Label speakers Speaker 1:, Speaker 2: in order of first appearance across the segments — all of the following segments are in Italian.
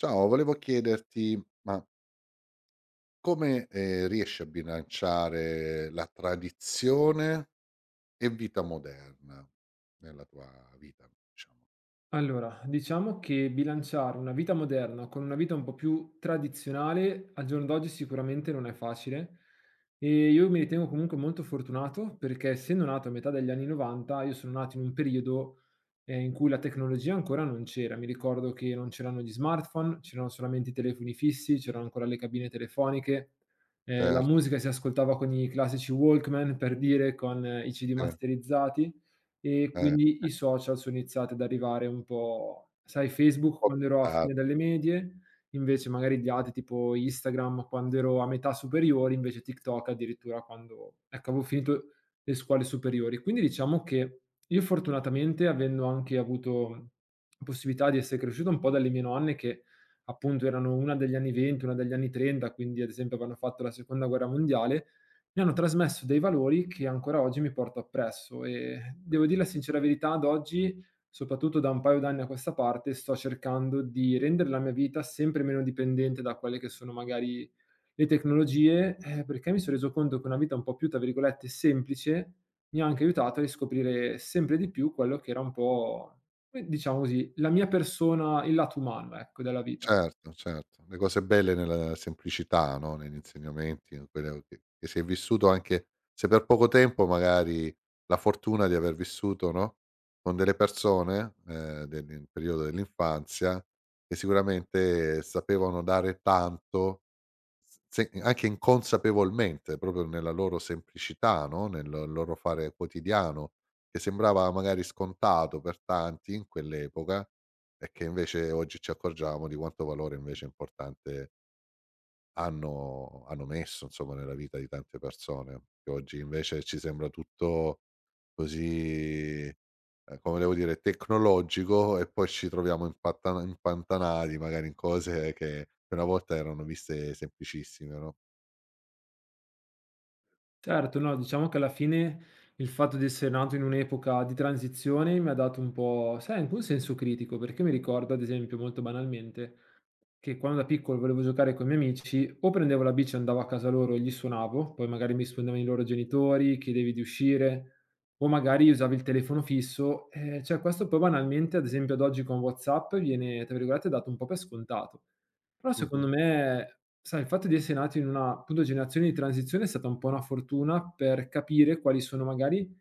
Speaker 1: Ciao, volevo chiederti, ma come, riesci a bilanciare la tradizione e vita moderna nella tua vita, diciamo?
Speaker 2: Allora, diciamo che bilanciare una vita moderna con una vita un po' più tradizionale al giorno d'oggi sicuramente non è facile e io mi ritengo comunque molto fortunato perché essendo nato a metà degli anni 90, io sono nato in un periodo in cui la tecnologia ancora non c'era. Mi ricordo che non c'erano gli smartphone, c'erano solamente i telefoni fissi, c'erano ancora le cabine telefoniche, la
Speaker 1: Certe.
Speaker 2: musica si ascoltava con i classici Walkman per dire, con i CD masterizzati. E
Speaker 1: Un
Speaker 2: quindi i social sono iniziati ad arrivare un po', sai, Facebook
Speaker 1: po'.
Speaker 2: quando ero a fine delle medie, invece magari gli altri tipo Instagram quando ero a metà superiori, invece TikTok addirittura quando, ecco, avevo finito le scuole superiori. Quindi diciamo che io fortunatamente, avendo anche avuto possibilità di essere cresciuto un po' dalle mie nonne che appunto erano una degli anni '20, una degli anni '30, quindi ad esempio avevano fatto la seconda guerra mondiale, mi hanno trasmesso dei valori che ancora oggi mi porto appresso e devo dire la sincera verità, ad oggi, soprattutto da un paio d'anni a questa parte, sto cercando di rendere la mia vita sempre meno dipendente da quelle che sono magari le tecnologie, perché mi sono reso conto che una vita un po' più, tra virgolette, semplice mi ha anche aiutato a riscoprire sempre di più quello che era un po', diciamo così, la mia persona, il lato umano, ecco, della vita.
Speaker 1: Certo, certo. Le cose belle nella semplicità, no, negli insegnamenti, in quello che si è vissuto anche se per poco tempo magari, la fortuna di aver vissuto, no, con delle persone, del nel periodo dell'infanzia, che sicuramente sapevano dare tanto. S se anche inconsapevolmente, proprio nella loro semplicità, no, nel loro fare quotidiano, che sembrava magari scontato per tanti in quell'epoca, e che invece oggi ci accorgiamo di quanto valore invece importante hanno messo, insomma, nella vita di tante persone, che oggi invece ci sembra tutto così, come devo dire, tecnologico, e poi ci troviamo impattan impantanati magari in cose che una volta erano viste semplicissime, no?
Speaker 2: Certo, no, diciamo che alla fine il fatto di essere nato in un'epoca di transizione mi ha dato un po', sai, anche un senso critico, perché mi ricordo, ad esempio, molto banalmente, che quando da piccolo volevo giocare coi miei amici, o prendevo la bici e andavo a casa loro e gli suonavo, poi magari mi rispondevano i loro genitori, chiedevi di uscire, o magari usavi il telefono fisso. Cioè questo poi banalmente, ad esempio ad oggi con WhatsApp viene, tra virgolette, "dato un po' per scontato". Però
Speaker 1: Mh-mh.
Speaker 2: secondo me, sai, il fatto di essere nati in una, appunto, generazione di transizione è stata un po' una fortuna per capire quali sono magari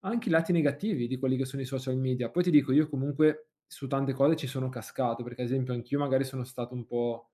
Speaker 2: anche i lati negativi di quelli che sono i social media. Poi ti dico, io comunque su tante cose ci sono cascato, perché ad esempio anch'io magari sono stato un po'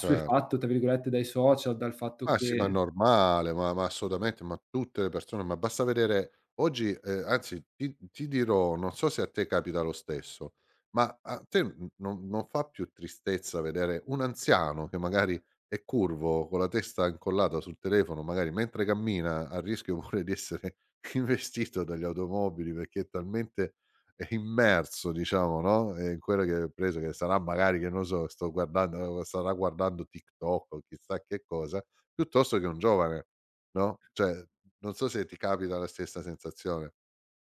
Speaker 1: Cioè,
Speaker 2: tra virgolette, dai social, dal fatto
Speaker 1: ma sì, ma è
Speaker 2: che.
Speaker 1: normale, ma assolutamente, ma tutte le persone, ma basta vedere oggi, anzi ti dirò, non so se a te capita lo stesso, ma a te n non non fa più tristezza vedere un anziano che magari è curvo, con la testa incollata sul telefono, magari mentre cammina, a rischio pure di essere investito dalle automobili, perché è talmente, immerso diciamo, no, in quello che ha preso, che sarà magari, che non so, sto guardando starà guardando TikTok o chissà che cosa. Piuttosto che un giovane, no, cioè, non so se ti capita la stessa sensazione.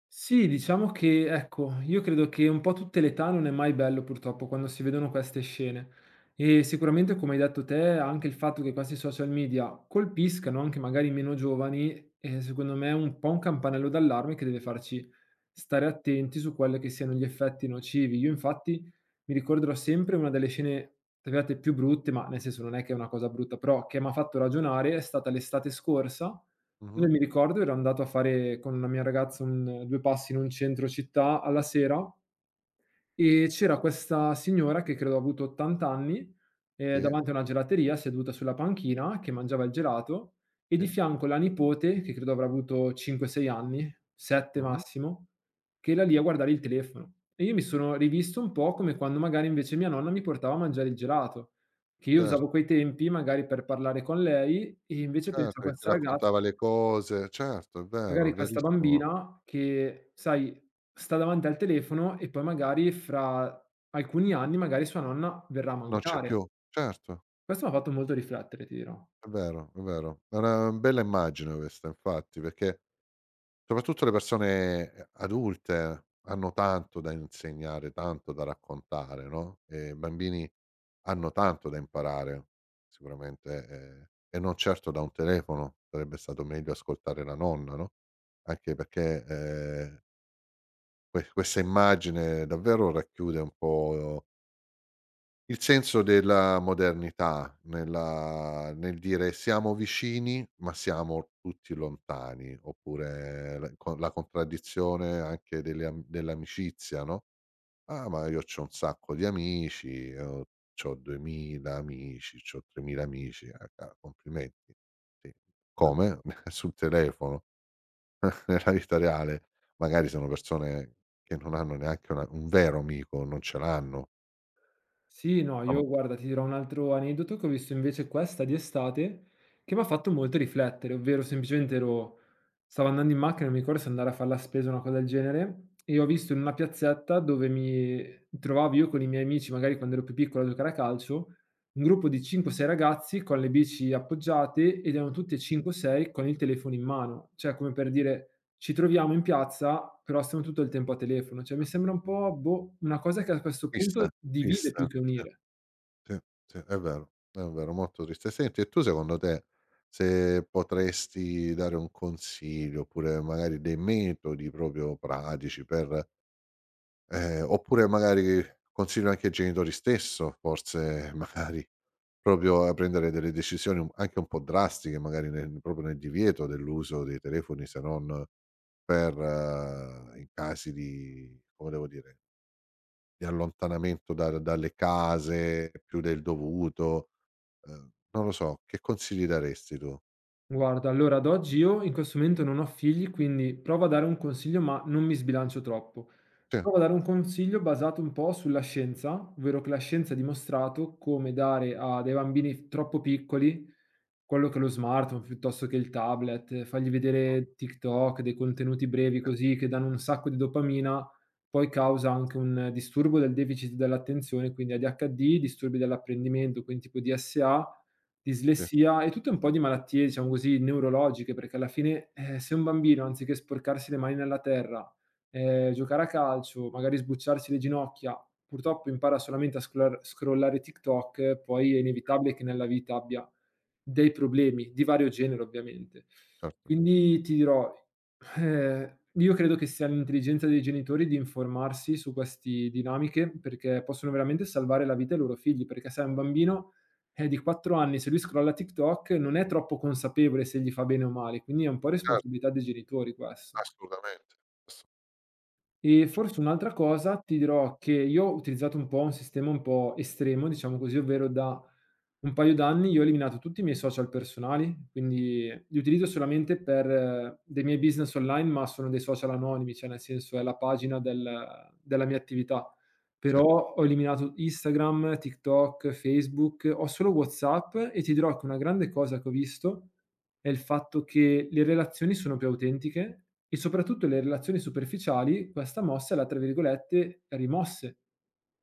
Speaker 2: Sì, diciamo che, ecco, io credo che un po' tutte le età non è mai bello purtroppo quando si vedono queste scene. E sicuramente, come hai detto te, anche il fatto che questi social media colpiscano anche magari i meno giovani, secondo me è un po' un campanello d'allarme che deve farci stare attenti su quelli che siano gli effetti nocivi. Io infatti mi ricorderò sempre una delle scene, tra virgolette, più brutte, ma nel senso non è che è una cosa brutta, però che mi ha fatto ragionare è stata l'estate scorsa. Io
Speaker 1: Mh-mh.
Speaker 2: mi ricordo ero andato a fare con la mia ragazza un 2 passi in un centro città alla sera e c'era questa signora che credo ha avuto 80 anni,
Speaker 1: Sì,
Speaker 2: davanti a una gelateria seduta sulla panchina che mangiava il gelato, e di
Speaker 1: sì,
Speaker 2: fianco la nipote, che credo avrà avuto 5, 6 anni, 7
Speaker 1: mh-mh.
Speaker 2: massimo, che era lì a guardare il telefono. E io mi sono rivisto un po' come quando magari invece mia nonna mi portava a mangiare il gelato, che io usavo
Speaker 1: Certo,
Speaker 2: quei tempi magari per parlare con lei, e invece
Speaker 1: certo,
Speaker 2: penso a
Speaker 1: che ti
Speaker 2: questa ragazza.
Speaker 1: raccontava le cose. Certo, è vero, è
Speaker 2: Magari questa
Speaker 1: verissimo.
Speaker 2: bambina che, sai, sta davanti al telefono e poi magari fra alcuni anni magari sua nonna verrà a
Speaker 1: Non c'è
Speaker 2: mancare.
Speaker 1: più. Certo,
Speaker 2: Questo m'ha fatto molto riflettere, ti dirò.
Speaker 1: è vero, è vero. È una bella immagine questa, infatti, perché soprattutto le persone, adulte, hanno tanto da insegnare, tanto da raccontare, no, e i bambini hanno tanto da imparare, sicuramente, e non certo da un telefono, sarebbe stato meglio ascoltare la nonna, no, anche perché, questa immagine davvero racchiude un po' il senso della modernità nel dire: "Siamo vicini, ma siamo tutti lontani", oppure la contraddizione anche delle am dell'amicizia, no: "Ah, ma io c'ho un sacco di amici, ho c'ho 2000 amici, c'ho 3000 amici", ca complimenti. Sì. Come? Sul telefono, nella vita reale magari sono persone che non hanno neanche una un vero amico, non ce l'hanno.
Speaker 2: Sì, no,
Speaker 1: No, ma
Speaker 2: io guarda, ti dirò un altro aneddoto che ho visto invece questa di estate, che m'ha fatto molto riflettere, ovvero semplicemente ero stavo andando in macchina, non mi ricordo se andare a far la spesa o una cosa del genere, e ho visto in una piazzetta dove mi trovavo io con i miei amici, magari quando ero più piccolo, a giocare a calcio, un gruppo di 5 o 6 ragazzi con le bici appoggiate, ed erano tutti e 5 o 6 con il telefono in mano. Cioè, come per dire: "Ci troviamo in piazza, però stiamo tutto il tempo a telefono." Cioè, mi sembra un po', boh, una cosa che a questo punto
Speaker 1: triste,
Speaker 2: divide
Speaker 1: triste,
Speaker 2: più che
Speaker 1: sì,
Speaker 2: unire.
Speaker 1: sì, sì, è vero, molto triste. Senti, e tu secondo te, se potresti dare un consiglio, oppure magari dei metodi proprio pratici per, oppure magari consiglio anche ai genitori stesso, forse magari proprio a prendere delle decisioni un anche un po' drastiche, magari nel proprio nel divieto dell'uso dei telefoni, se non per, in casi di, come devo dire, di allontanamento da dalle case più del dovuto, non lo so, che consigli daresti tu?
Speaker 2: Guarda, allora ad oggi io in questo momento non ho figli, quindi provo a dare un consiglio, ma non mi sbilancio troppo.
Speaker 1: Sì,
Speaker 2: Provo a dare un consiglio basato un po' sulla scienza, ovvero che la scienza ha dimostrato come dare a dei bambini f troppo piccoli quello che è lo smartphone piuttosto che il tablet, fargli vedere TikTok, dei contenuti brevi
Speaker 1: sì,
Speaker 2: così che danno un sacco di dopamina, poi causa anche un disturbo del deficit dell'attenzione, quindi ADHD, disturbi dell'apprendimento, quindi tipo DSA,
Speaker 1: sì,
Speaker 2: dislessia e tutte un po' di malattie, diciamo così, neurologiche, perché alla fine, se un bambino anziché sporcarsi le mani nella terra, giocare a calcio, magari sbucciarsi le ginocchia, purtroppo impara solamente a scrolar scrollare TikTok, poi è inevitabile che nella vita abbia dei problemi, di vario genere ovviamente.
Speaker 1: certo,
Speaker 2: Quindi ti dirò, io credo che sia l'intelligenza dei genitori di informarsi su questi dinamiche, perché possono veramente salvare la vita ai loro figli, perché, sai, un bambino, di 4 anni, se lui scrolla TikTok non è troppo consapevole se gli fa bene o male, quindi è un po'
Speaker 1: certo,
Speaker 2: responsabilità dei genitori questo.
Speaker 1: assolutamente, asso
Speaker 2: E
Speaker 1: cioè
Speaker 2: forse un'altra cosa ti dirò, che io ho utilizzato un po' un sistema un po' estremo, diciamo così, ovvero da un paio d'anni io ho eliminato tutti i miei social personali, quindi li utilizzo solamente per dei miei business online, ma sono dei social anonimi, cioè nel senso è la pagina della mia attività.
Speaker 1: sì,
Speaker 2: Però ho eliminato Instagram, TikTok, Facebook, ho solo WhatsApp, e ti dirò che una grande cosa che ho visto è il fatto che le relazioni sono più autentiche, e soprattutto le relazioni superficiali questa mossa l'ha, tra virgolette, "rimosse".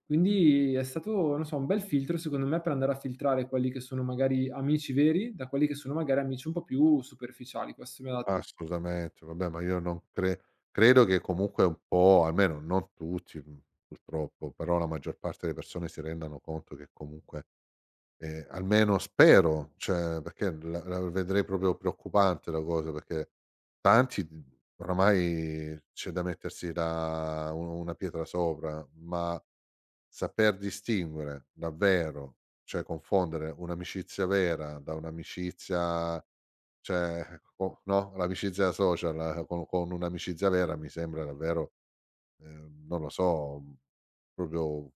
Speaker 2: Quindi è stato, non so, un bel filtro secondo me per andare a filtrare quelli che sono magari amici veri da quelli che sono magari amici un po' più superficiali. Questo mi ha dato.
Speaker 1: assolutamente, vabbè, ma io non credo che comunque un po', almeno non tutti, purtroppo, però la maggior parte delle persone si rendano conto che comunque, almeno spero, cioè perché la vedrei proprio preoccupante la cosa, perché tanti d oramai c'è da mettersi la u una pietra sopra, ma saper distinguere davvero, cioè confondere un'amicizia vera da un'amicizia, cioè co no, l'amicizia social, con un'amicizia vera mi sembra davvero, non lo so, proprio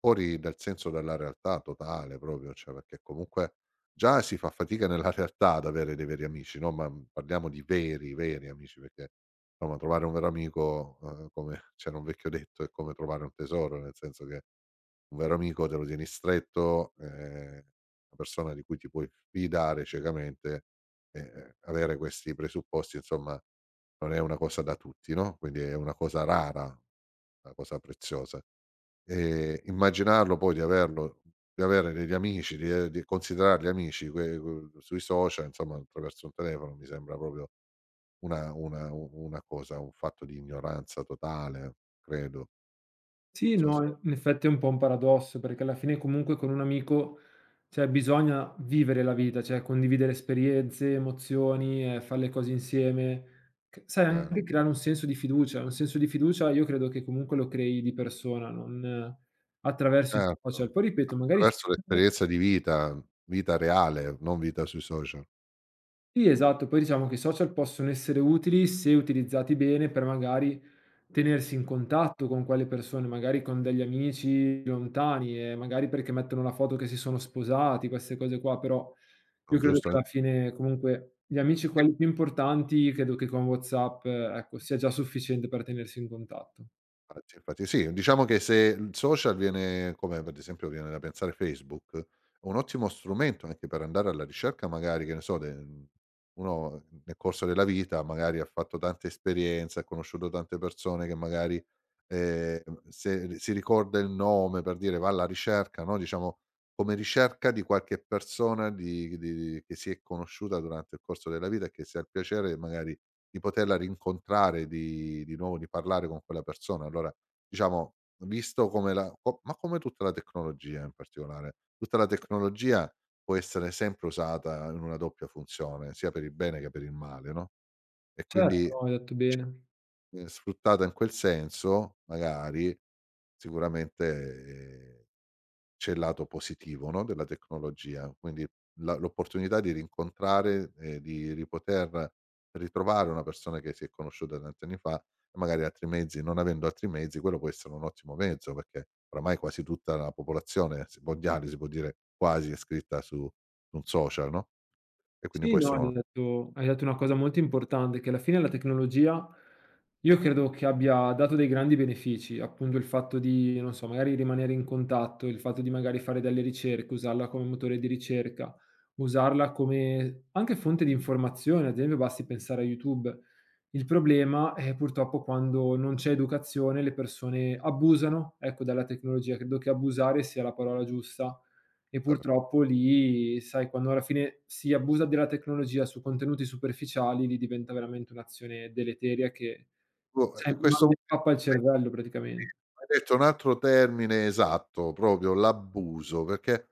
Speaker 1: fuori dal senso della realtà totale proprio, cioè perché comunque già si fa fatica nella realtà ad avere dei veri amici, no, ma, parliamo di veri, veri amici, perché, insomma, trovare un vero amico, come c'era un vecchio detto, è come trovare un tesoro, nel senso che un vero amico te lo tieni stretto, una persona di cui ti puoi fidare ciecamente e, avere questi presupposti, insomma non è una cosa da tutti, no, quindi è una cosa rara, una cosa preziosa. Immaginarlo poi di avere degli amici, di e di considerarli amici que que sui social, insomma attraverso il telefono mi sembra proprio una cosa, un fatto di ignoranza totale, credo. Non
Speaker 2: Sì,
Speaker 1: so
Speaker 2: no,
Speaker 1: se,
Speaker 2: in effetti è un po' un paradosso, perché alla fine comunque con un amico, cioè bisogna vivere la vita, cioè condividere esperienze, emozioni, fare le cose insieme, c sai,
Speaker 1: eh,
Speaker 2: anche creare un senso di fiducia. Un senso di fiducia io credo che comunque lo crei di persona, non attraverso i social.
Speaker 1: certo,
Speaker 2: Poi ripeto, magari.
Speaker 1: attraverso l'esperienza di vita, vita reale, non vita sui social,
Speaker 2: Sì, esatto. Poi diciamo che i social possono essere utili se utilizzati bene per magari tenersi in contatto con quelle persone, magari con degli amici lontani, e magari perché mettono la foto che si sono sposati, queste cose qua, però io
Speaker 1: non
Speaker 2: credo
Speaker 1: giusto?
Speaker 2: che alla fine comunque gli amici quelli più importanti credo che con WhatsApp, ecco, sia già sufficiente per tenersi in contatto.
Speaker 1: Infatti, infatti sì, diciamo che se il social, viene come per esempio viene da pensare Facebook, è un ottimo strumento anche per andare alla ricerca magari, che ne so, de uno nel corso della vita magari ha fatto tante esperienze, ha conosciuto tante persone che magari, se si ricorda il nome per dire va alla ricerca, no, diciamo, come ricerca di qualche persona di che si è conosciuta durante il corso della vita e che si ha il piacere magari di poterla rincontrare di nuovo, di parlare con quella persona. Allora, diciamo, visto come la co ma come tutta la tecnologia in particolare, tutta la tecnologia può essere sempre usata in una doppia funzione, sia per il bene che per il male, no, e
Speaker 2: Certo,
Speaker 1: quindi,
Speaker 2: no, hai detto bene.
Speaker 1: sfruttata in quel senso, magari, sicuramente, c'è il lato positivo, no, della tecnologia, quindi la l'opportunità di rincontrare e di poter ritrovare una persona che si è conosciuta tanti anni fa, e magari altri mezzi, non avendo altri mezzi, quello può essere un ottimo mezzo, perché oramai quasi tutta la popolazione s mondiale, si può dire quasi, è scritta su un social, no, e quindi
Speaker 2: Sì,
Speaker 1: può
Speaker 2: no,
Speaker 1: essere uno
Speaker 2: hai detto una cosa molto importante, che alla fine la tecnologia io credo che abbia dato dei grandi benefici, appunto il fatto di, non so, magari rimanere in contatto, il fatto di magari fare delle ricerche, usarla come motore di ricerca, usarla come anche fonte di informazione, ad esempio basti pensare a YouTube. Il problema è purtroppo quando non c'è educazione, le persone abusano, ecco, della tecnologia. Credo che abusare sia la parola giusta, e purtroppo lì, sai, quando alla fine si abusa della tecnologia su contenuti superficiali, lì diventa veramente un'azione deleteria che, sai,
Speaker 1: in questo
Speaker 2: mandi
Speaker 1: momento.
Speaker 2: pappa al cervello praticamen.
Speaker 1: Hai detto un altro termine esatto, proprio l'abuso, perché,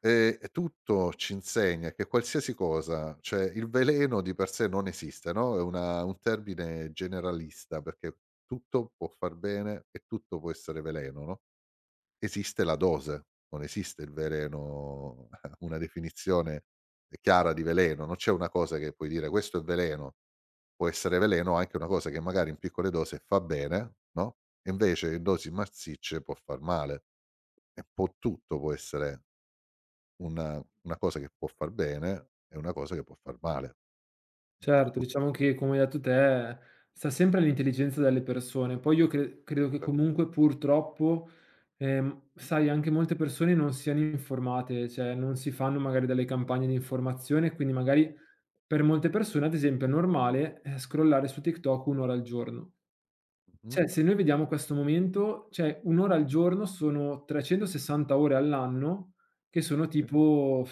Speaker 1: tutto ci insegna che qualsiasi cosa, cioè il veleno di per sé non esiste, no, è una un termine generalista, perché tutto può far bene e tutto può essere veleno, no? Esiste la dose, non esiste il veleno, una definizione chiara di veleno, non c'è una cosa che puoi dire: "Questo è veleno". Può essere veleno anche una cosa che magari in piccole dosi fa bene, no, e invece in dosi massicce può far male. E può tutto può essere una cosa che può far bene e una cosa che può far male.
Speaker 2: Certo,
Speaker 1: Tu
Speaker 2: diciamo che come hai detto te, sta sempre all'intelligenza delle persone. Poi io credo che comunque purtroppo, sai, anche molte persone non siano informate, cioè non si fanno magari delle campagne di informazione, quindi magari per molte persone, ad esempio, è normale, scrollare su TikTok 1 ora al giorno.
Speaker 1: mh-mh,
Speaker 2: Cioè, se noi vediamo questo momento, cioè 1 ora al giorno sono 360 ore all'anno, che sono
Speaker 1: sì.
Speaker 2: tipo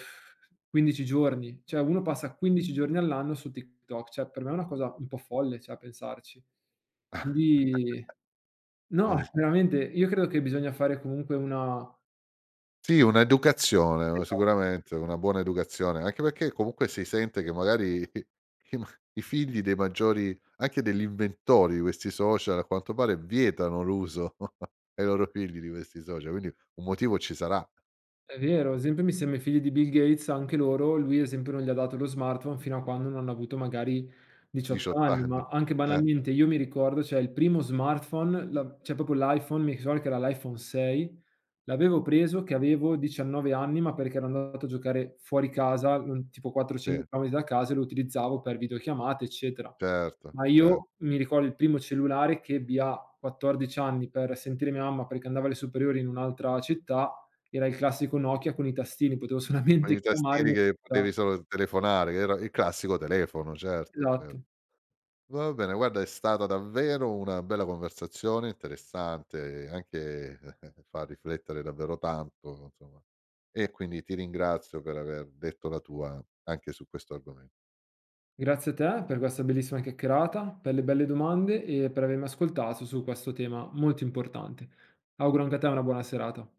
Speaker 2: 15 giorni. Cioè, uno passa 15 giorni all'anno su TikTok, cioè per me è una cosa un po' folle, cioè a pensarci. Quindi no,
Speaker 1: Eh,
Speaker 2: veramente io credo che bisogna fare comunque una
Speaker 1: sì, un'educazione,
Speaker 2: esa.
Speaker 1: sicuramente, una buona educazione, anche perché comunque si sente che magari i ma i figli dei maggiori, anche degli inventori di questi social, a quanto pare vietano l'uso ai loro figli di questi social, quindi un motivo ci sarà,
Speaker 2: È vero, ad esempio mi sembra i figli di Bill Gates, anche loro, lui ad esempio non gli ha dato lo smartphone fino a quando non hanno avuto magari 18
Speaker 1: 18
Speaker 2: anni,
Speaker 1: anni.
Speaker 2: ma anche
Speaker 1: Eh,
Speaker 2: banalmente io mi ricordo, cioè il primo smartphone, cioè proprio l'iPhone, mi ricordo che era l'iPhone 6, l'avevo preso che avevo 19 anni, ma perché ero andato a giocare fuori casa, tipo 400
Speaker 1: sì,
Speaker 2: km da casa, e lo utilizzavo per videochiamate, eccetera.
Speaker 1: certo,
Speaker 2: Ma
Speaker 1: cer
Speaker 2: io mi ricordo il primo cellulare che ebbi a 14 anni per sentire mia mamma, perché andava alle superiori in un'altra città, era il classico Nokia con i tastini, potevo
Speaker 1: con
Speaker 2: solamente
Speaker 1: i
Speaker 2: chiamare
Speaker 1: tastini che potevi solo telefonare, che era il classico telefono, certo, cer
Speaker 2: esatto.
Speaker 1: Va bene, guarda, è stata davvero una bella conversazione, interessante, anche fa riflettere davvero tanto, insomma, e quindi ti ringrazio per aver detto la tua anche su questo argomen
Speaker 2: Grazie a te per questa bellissima chiacchierata, per le belle domande e per avermi ascoltato su questo tema molto importante. Auguro anche a te una buona serata.